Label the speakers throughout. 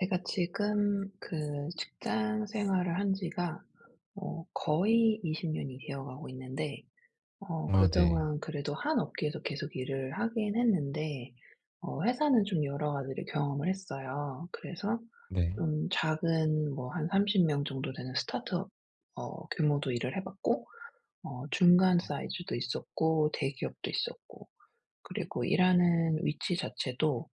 Speaker 1: 제가 지금 그 직장 생활을 한 지가 거의 20년 년이 되어 가고 있는데
Speaker 2: 아 네.
Speaker 1: 그동안 그래도 한 업계에서 계속 일을 하긴 했는데 회사는 좀 여러 가지를 경험을 했어요. 그래서
Speaker 2: 네.
Speaker 1: 좀 작은 뭐 한 30명 정도 되는 스타트업 규모도 일을 해 봤고 중간 사이즈도 있었고 대기업도 있었고 그리고 일하는 위치 자체도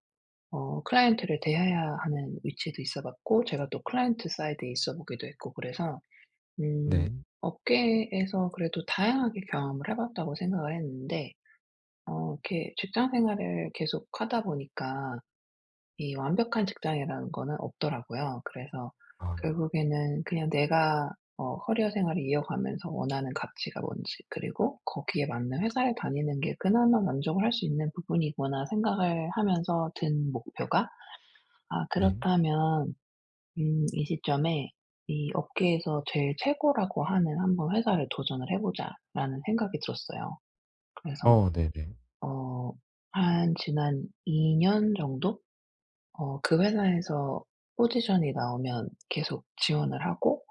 Speaker 1: 클라이언트를 대해야 하는 위치도 있어 봤고 제가 또 클라이언트 사이드에 있어 보기도 했고 그래서 음
Speaker 2: 네.
Speaker 1: 업계에서 그래도 다양하게 경험을 해 봤다고 생각을 했는데 이렇게 직장 생활을 계속 하다 보니까 이 완벽한 직장이라는 거는 없더라고요. 그래서
Speaker 2: 아
Speaker 1: 결국에는 그냥 내가 커리어 생활을 이어가면서 원하는 가치가 뭔지, 그리고 거기에 맞는 회사를 다니는 게 그나마 만족을 할 수 있는 부분이구나 생각을 하면서 든 목표가, 아
Speaker 2: 네.
Speaker 1: 그렇다면 이 시점에 '이 업계에서 제일 최고라고 하는 한번 회사를 도전을 해 보자.'라는 생각이 들었어요. 그래서
Speaker 2: 어 네네. 네.
Speaker 1: 어 한 지난 2년 정도 그 회사에서 포지션이 나오면 계속 지원을 하고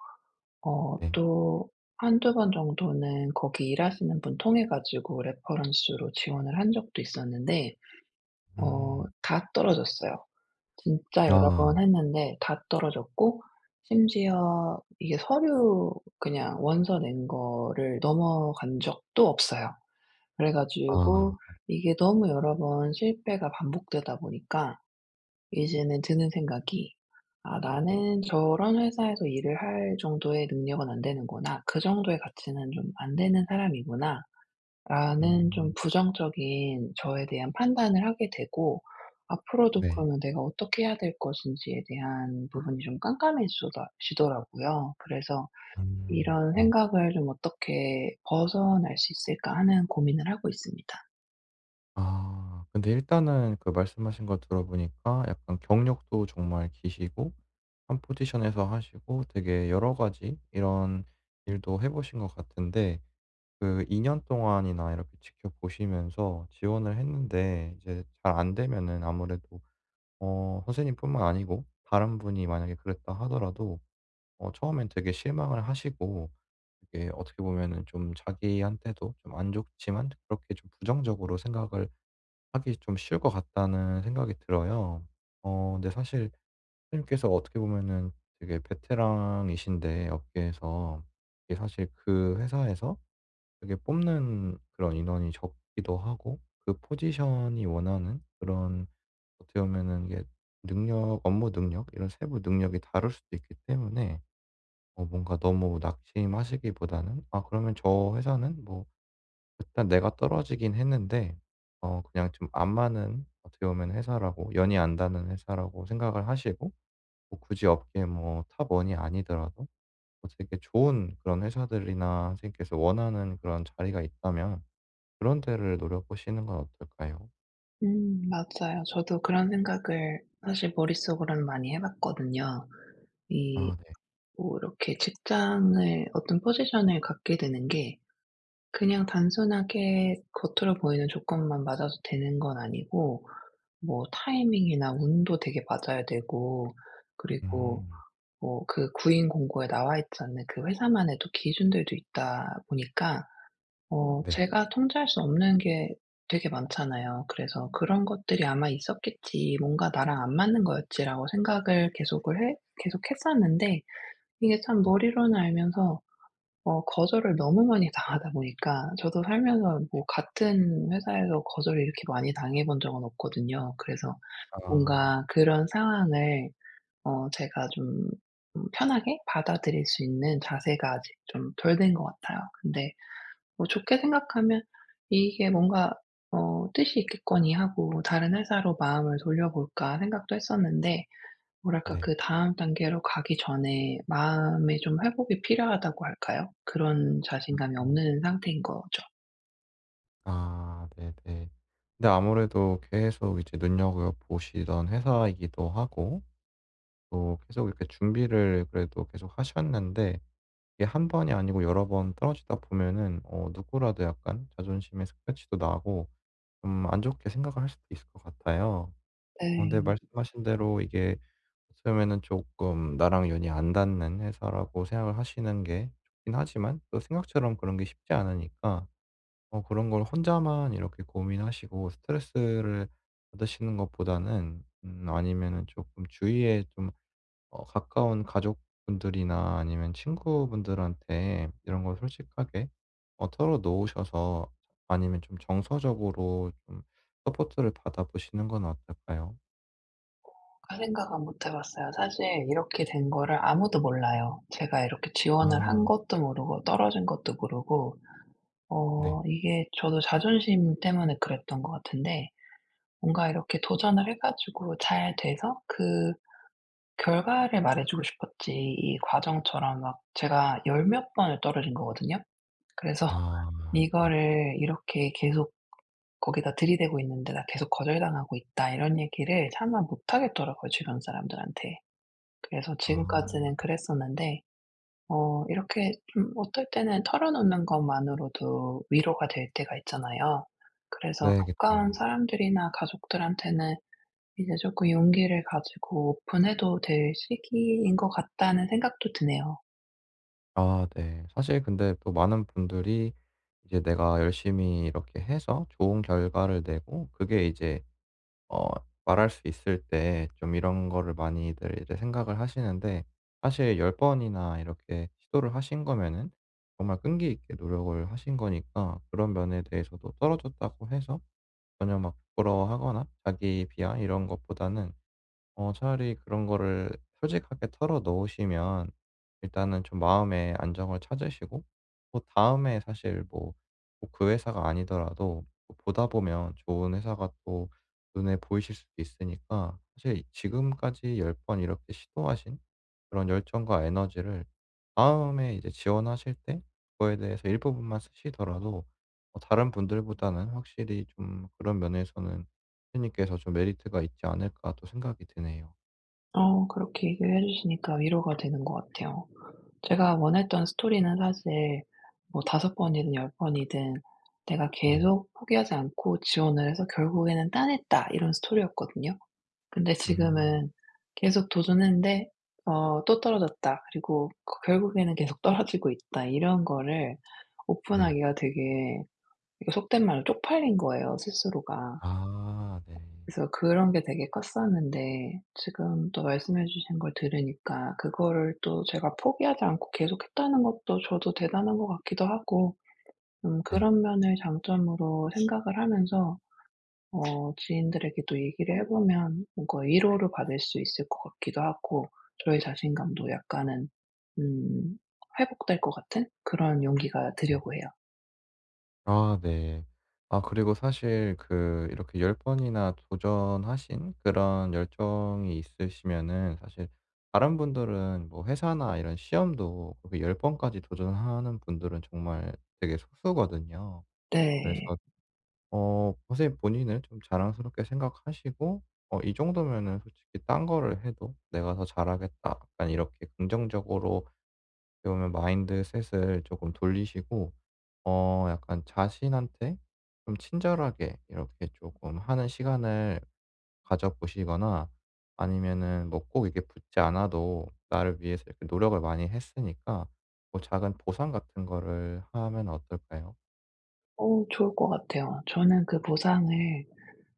Speaker 2: 네.
Speaker 1: 또 한두 번 정도는 거기 일하시는 분 통해 가지고 레퍼런스로 지원을 한 적도 있었는데
Speaker 2: 음.
Speaker 1: 다 떨어졌어요. 진짜 여러
Speaker 2: 아.
Speaker 1: 번 했는데 다 떨어졌고 심지어 이게 서류, 그냥 원서 낸 거를 넘어간 적도 없어요. 그래
Speaker 2: 아.
Speaker 1: 가지고 이게 너무 여러 번 실패가 반복되다 보니까 이제는 드는 생각이 '아 나는 저런 회사에서 일을 할 정도의 능력은 안 되는구나. 그 정도의 가치는 좀 안 되는 사람이구나.' 라는 좀
Speaker 2: 음.
Speaker 1: 부정적인 저에 대한 판단을 하게 되고, 앞으로도
Speaker 2: 네.
Speaker 1: 그러면 내가 어떻게 해야 될 것인지에 대한 부분이 좀 깜깜해지더라 고요 그래서
Speaker 2: 음.
Speaker 1: '이런
Speaker 2: 네.
Speaker 1: 생각을 좀 어떻게 벗어날 수 있을까.' 하는 고민을 하고 있습니다.
Speaker 2: 아. 근데 일단은 그 말씀하신 거 들어보니까, 약간 경력도 정말 기시고 한 포지션에서 하시고 되게 여러 가지 이런 일도 해 보신 것 같은데, 그 2년 동안이나 이렇게 지켜보시면서 지원을 했는데 이제 잘 안 되면은, 아무래도 선생님뿐만 아니고 다른 분이 만약에 그랬다 하더라도 처음엔 되게 실망을 하시고, 이게 어떻게 보면은 좀 자기한테도 좀 안 좋지만 그렇게 좀 부정적으로 생각을 하기 좀 쉬울 것 같다는 생각이 들어요. 근데 사실 선생님께서 어떻게 보면은 되게 베테랑이신데, 업계에서, 이게 사실 그 회사에서 되게 뽑는 그런 인원이 적기도 하고, 그 포지션이 원하는 그런, 어떻게 보면은 이게 능력, 업무 능력, 이런 세부 능력이 다를 수도 있기 때문에, 뭔가 너무 낙심하시기보다는 '아 그러면 저 회사는 뭐 일단 내가 떨어지긴 했는데 그냥 좀 안 맞는, 어떻게 보면 회사라고, 연이 안 닿는 회사라고 생각을 하시고, 뭐 굳이 업계 뭐 탑 1이 아니더라도 뭐 되게 좋은 그런 회사들이나 선생님께서 원하는 그런 자리가 있다면 그런 데를 노려 보시는 건 어떨까요?'
Speaker 1: 음, 맞아요. 저도 그런 생각을 사실 머릿속으로는 많이 해 봤거든요.
Speaker 2: 아
Speaker 1: 이
Speaker 2: 네.
Speaker 1: 뭐 이렇게 직장을 어떤 포지션을 갖게 되는 게 그냥 단순하게 겉으로 보이는 조건만 맞아도 되는 건 아니고, 뭐 타이밍이나 운도 되게 맞아야 되고, 그리고
Speaker 2: 음.
Speaker 1: 뭐 그 구인 공고에 나와 있지 않는 그 회사만의 또 기준들도 있다 보니까
Speaker 2: 네.
Speaker 1: 제가 통제할 수 없는 게 되게 많잖아요. 그래서 '그런 것들이 아마 있었겠지. 뭔가 나랑 안 맞는 거였지.'라고 생각을 계속을 해 계속했었는데, 이게 참 머리로는 알면서 거절을 너무 많이 당하다 보니까, 저도 살면서 뭐 같은 회사에서 거절을 이렇게 많이 당해 본 적은 없거든요. 그래서
Speaker 2: 아.
Speaker 1: 뭔가 그런 상황을 제가 좀 편하게 받아들일 수 있는 자세가 아직 좀 덜 된 것 같아요. 근데 뭐 좋게 생각하면 '이게 뭔가 뜻이 있겠거니.' 하고 '다른 회사로 마음을 돌려볼까.' 생각도 했었는데, 뭐랄까
Speaker 2: 네.
Speaker 1: 그 다음 단계로 가기 전에 마음의 좀 회복이 필요하다고 할까요? 그런 자신감이
Speaker 2: 음.
Speaker 1: 없는 상태인 거죠.
Speaker 2: 아 네네. 근데 아무래도 계속 이제 눈여겨 보시던 회사이기도 하고, 또 계속 이렇게 준비를 그래도 계속 하셨는데, 이게 한 번이 아니고 여러 번 떨어지다 보면은 누구라도 약간 자존심에 스크래치도 나고 좀 안 좋게 생각을 할 수도 있을 것 같아요. 근데
Speaker 1: 네.
Speaker 2: 말씀하신 대로 이게, 처음에는 조금 나랑 연이 안 닿는 회사라고 생각을 하시는 게 좋긴 하지만 또 생각처럼 그런 게 쉽지 않으니까, 그런 걸 혼자만 이렇게 고민하시고 스트레스를 받으시는 것보다는, 아니면은 조금 주위에 좀 가까운 가족분들이나 아니면 친구분들한테 이런 걸 솔직하게 털어 놓으셔서, 아니면 좀 정서적으로 좀 서포트를 받아 보시는 건 어떨까요?
Speaker 1: 그 생각은 못 해 봤어요. 사실 이렇게 된 거를 아무도 몰라요. 제가 이렇게 지원을
Speaker 2: 아
Speaker 1: 한 것도 모르고 떨어진 것도 모르고,
Speaker 2: 네.
Speaker 1: 이게 저도 자존심 때문에 그랬던 것 같은데, 뭔가 이렇게 도전을 해 가지고 잘 돼서 그 결과를 말해 주고 싶었지, 이 과정처럼 막 제가 열몇 번을 떨어진 거거든요. 그래서
Speaker 2: 아 네.
Speaker 1: 이거를 이렇게 계속 거기다 들이대고 있는데 '나 계속 거절당하고 있다.' 이런 얘기를 차마 못 하겠더라고요, 주변 사람들한테. 그래서 지금까지는
Speaker 2: 아
Speaker 1: 그랬었는데 이렇게 좀 어떨 때는 털어놓는 것만으로도 위로가 될 때가 있잖아요. 그래서
Speaker 2: 네 그쵸.
Speaker 1: 가까운 사람들이나 가족들한테는 이제 조금 용기를 가지고 오픈해도 될 시기인 것 같다는 생각도 드네요.
Speaker 2: 아 네. 사실 근데 또 많은 분들이 이제 내가 열심히 이렇게 해서 좋은 결과를 내고 그게 이제, 어 말할 수 있을 때 좀 이런 거를 많이들 이제 생각을 하시는데, 사실 10 번이나 이렇게 시도를 하신 거면은 정말 끈기 있게 노력을 하신 거니까, 그런 면에 대해서도 떨어졌다고 해서 전혀 막 부끄러워하거나 자기 비하 이런 것보다는, 차라리 그런 거를 솔직하게 털어 놓으시면 일단은 좀 마음의 안정을 찾으시고, 또 다에 사실 뭐 뭐 그 회사가 아니더라도 뭐 보다 보면 좋은 회사가 또 눈에 보이실 수도 있으니까, 사실 지금까지 10번 이렇게 시도하신 그런 열정과 에너지를 다음에 이제 지원하실 때 그거에 대해서 일부분만 쓰시더라도, 다른 분들보다는 확실히 좀 그런 면에서는 선생님께서 좀 메리트가 있지 않을까 또 생각이 드네요.
Speaker 1: 그렇게 얘기를 해 주시니까 위로가 되는 것 같아요. 제가 원했던 스토리는 사실 뭐섯 번이든 열 번이든 내가
Speaker 2: 네.
Speaker 1: 계속 포기하지 않고 지원을 해서 결국에는 따냈다, 이런 스토리였거든요. 근데
Speaker 2: 음.
Speaker 1: 지금은 계속 도전했는데 또 떨어졌다. 그리고 그 결국에는 계속 떨어지고 있다. 이런 거를
Speaker 2: 네.
Speaker 1: 오픈하기가 되게, 이거 속된 말로 쪽팔린 거예요, 스스로가.
Speaker 2: 아 네.
Speaker 1: 그래서 그런 게 되게 컸었는데, 지금 또 말씀해 주신 걸 들으니까 그거를 또 제가 포기하지 않고 계속했다는 것도 저도 대단한 것 같기도 하고, 음,
Speaker 2: 네.
Speaker 1: 그런 면을 장점으로 생각을 하면서 지인들에게도 얘기를 해 보면 뭔가 위로를 받을 수 있을 것 같기도 하고, 저의 자신감도 약간은 음 회복될 것 같은 그런 용기가
Speaker 2: 음.
Speaker 1: 되려고 해요.
Speaker 2: 아 네. 아 그리고 사실 그 이렇게 10 번이나 도전하신 그런 열정이 있으시면은, 사실 다른 분들은 뭐 회사나 이런 시험도 그렇게 10 번까지 도전하는 분들은 정말 되게 소수거든요. 그래서
Speaker 1: 네.
Speaker 2: 선생님 본인을 좀 자랑스럽게 생각하시고, 이 정도면은 솔직히 딴 거를 해도 '내가 더 잘하겠다.' 약간 이렇게 긍정적으로 보면 마인드셋을 조금 돌리시고, 약간 자신한테 좀 친절하게 이렇게 조금 하는 시간을 가져 보시거나, 아니면은 뭐 꼭 이게 붙지 않아도 나를 위해서 이렇게 노력을 많이 했으니까 뭐 작은 보상 같은 거를 하면 어떨까요?
Speaker 1: 좋을 것 같아요. 저는 그 보상을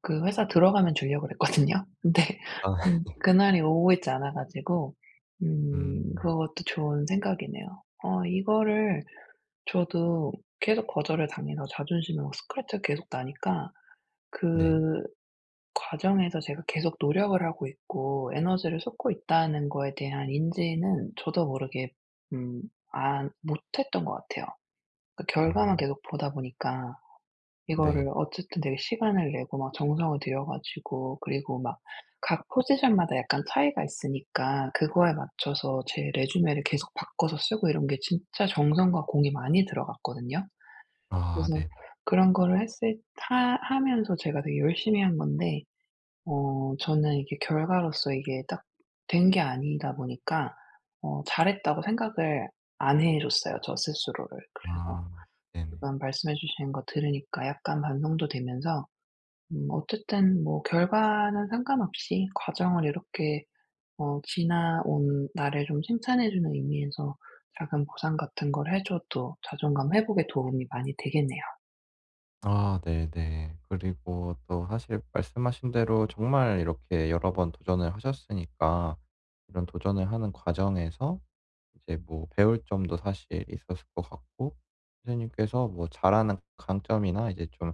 Speaker 1: 그 회사 들어가면 주려고 그랬거든요. 근데
Speaker 2: 아.
Speaker 1: 그날이 오고 있지 않아 가지고, 음,
Speaker 2: 음.
Speaker 1: 그것도 좋은 생각이네요. 이거를 저도 계속 거절을 당해서 자존심에 막 스크래치가 계속 나니까
Speaker 2: 네.
Speaker 1: 그 과정에서 제가 계속 노력을 하고 있고 에너지를 쏟고 있다는 거에 대한 인지는 저도 모르게 음 안 못했던 것 같아요. 그 결과만
Speaker 2: 음.
Speaker 1: 계속 보다 보니까. 이거를
Speaker 2: 네.
Speaker 1: 어쨌든 되게 시간을 내고 막 정성을 들여 가지고, 그리고 막 각 포지션마다 약간 차이가 있으니까 그거에 맞춰서 제 레주메를 계속 바꿔서 쓰고, 이런 게 진짜 정성과 공이 많이 들어갔거든요.
Speaker 2: 아
Speaker 1: 그래서
Speaker 2: 네네.
Speaker 1: 그런 거를 했을 하 하면서 제가 되게 열심히 한 건데 저는 이게 결과로서 이게 딱 된 게 아니다 보니까 잘했다고 생각을 안 해 줬어요, 저 스스로를. 그래서
Speaker 2: 아 네네.
Speaker 1: 지금 말씀해 주시는 거 들으니까 약간 반성도 되면서, 음, 어쨌든 뭐 결과는 상관없이 과정을 이렇게 지나온 나를 좀 칭찬해 주는 의미에서 작은 보상 같은 걸 해 줘도 자존감 회복에 도움이 많이 되겠네요.
Speaker 2: 아 네네. 그리고 또 사실 말씀하신 대로 정말 이렇게 여러 번 도전을 하셨으니까, 이런 도전을 하는 과정에서 이제 뭐 배울 점도 사실 있었을 것 같고, 선생님께서 뭐 잘하는 강점이나 이제 좀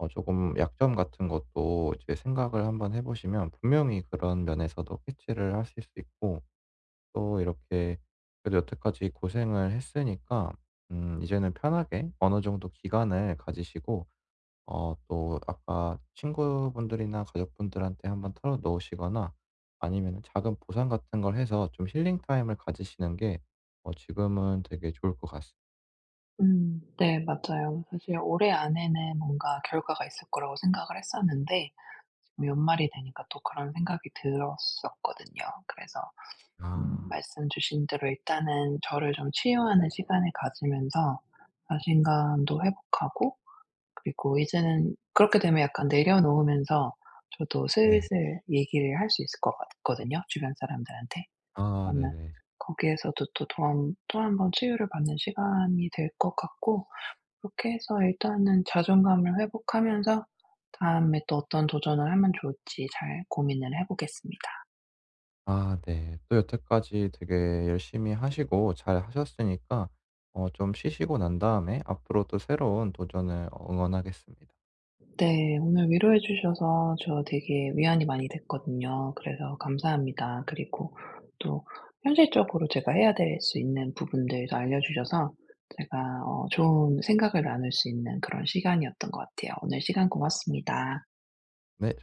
Speaker 2: 조금 약점 같은 것도 이제 생각을 한번 해 보시면 분명히 그런 면에서도 캐치를 하실 수 있고, 또 이렇게, 그래도 여태까지 고생을 했으니까 이제는 편하게 어느 정도 기간을 가지시고, 또 아까 친구분들이나 가족분들한테 한번 털어 놓으시거나, 아니면 작은 보상 같은 걸 해서 좀 힐링 타임을 가지시는 게 지금은 되게 좋을 것 같습니다.
Speaker 1: 음, 네 맞아요. 사실 올해 안에는 뭔가 결과가 있을 거라고 생각을 했었는데, 지금 연말이 되니까 또 그런 생각이 들었었거든요. 그래서 음,
Speaker 2: 아
Speaker 1: 말씀 주신 대로 일단은 저를 좀 치유하는 시간을 가지면서 자신감도 회복하고, 그리고 이제는 그렇게 되면 약간 내려놓으면서 저도
Speaker 2: 네.
Speaker 1: 슬슬 얘기를 할 수 있을 것 같거든요, 주변 사람들한테.
Speaker 2: 아
Speaker 1: 그러면
Speaker 2: 네네.
Speaker 1: 거기에서도 또 도움 또한 번 치유를 받는 시간이 될 것 같고, 그렇게 해서 일단은 자존감을 회복하면서 다음에 또 어떤 도전을 하면 좋을지 잘 고민을 해 보겠습니다.
Speaker 2: 아 네. 또 여태까지 되게 열심히 하시고 잘 하셨으니까 좀 쉬시고 난 다음에 앞으로 또 새로운 도전을 응원하겠습니다.
Speaker 1: 네. 오늘 위로해 주셔서 저 되게 위안이 많이 됐거든요. 그래서 감사합니다. 그리고 또 현실적으로 제가 해야 될 수 있는 부분들도 알려주셔서 제가 좋은 생각을 나눌 수 있는 그런 시간이었던 것 같아요. 오늘 시간 고맙습니다.
Speaker 2: 네.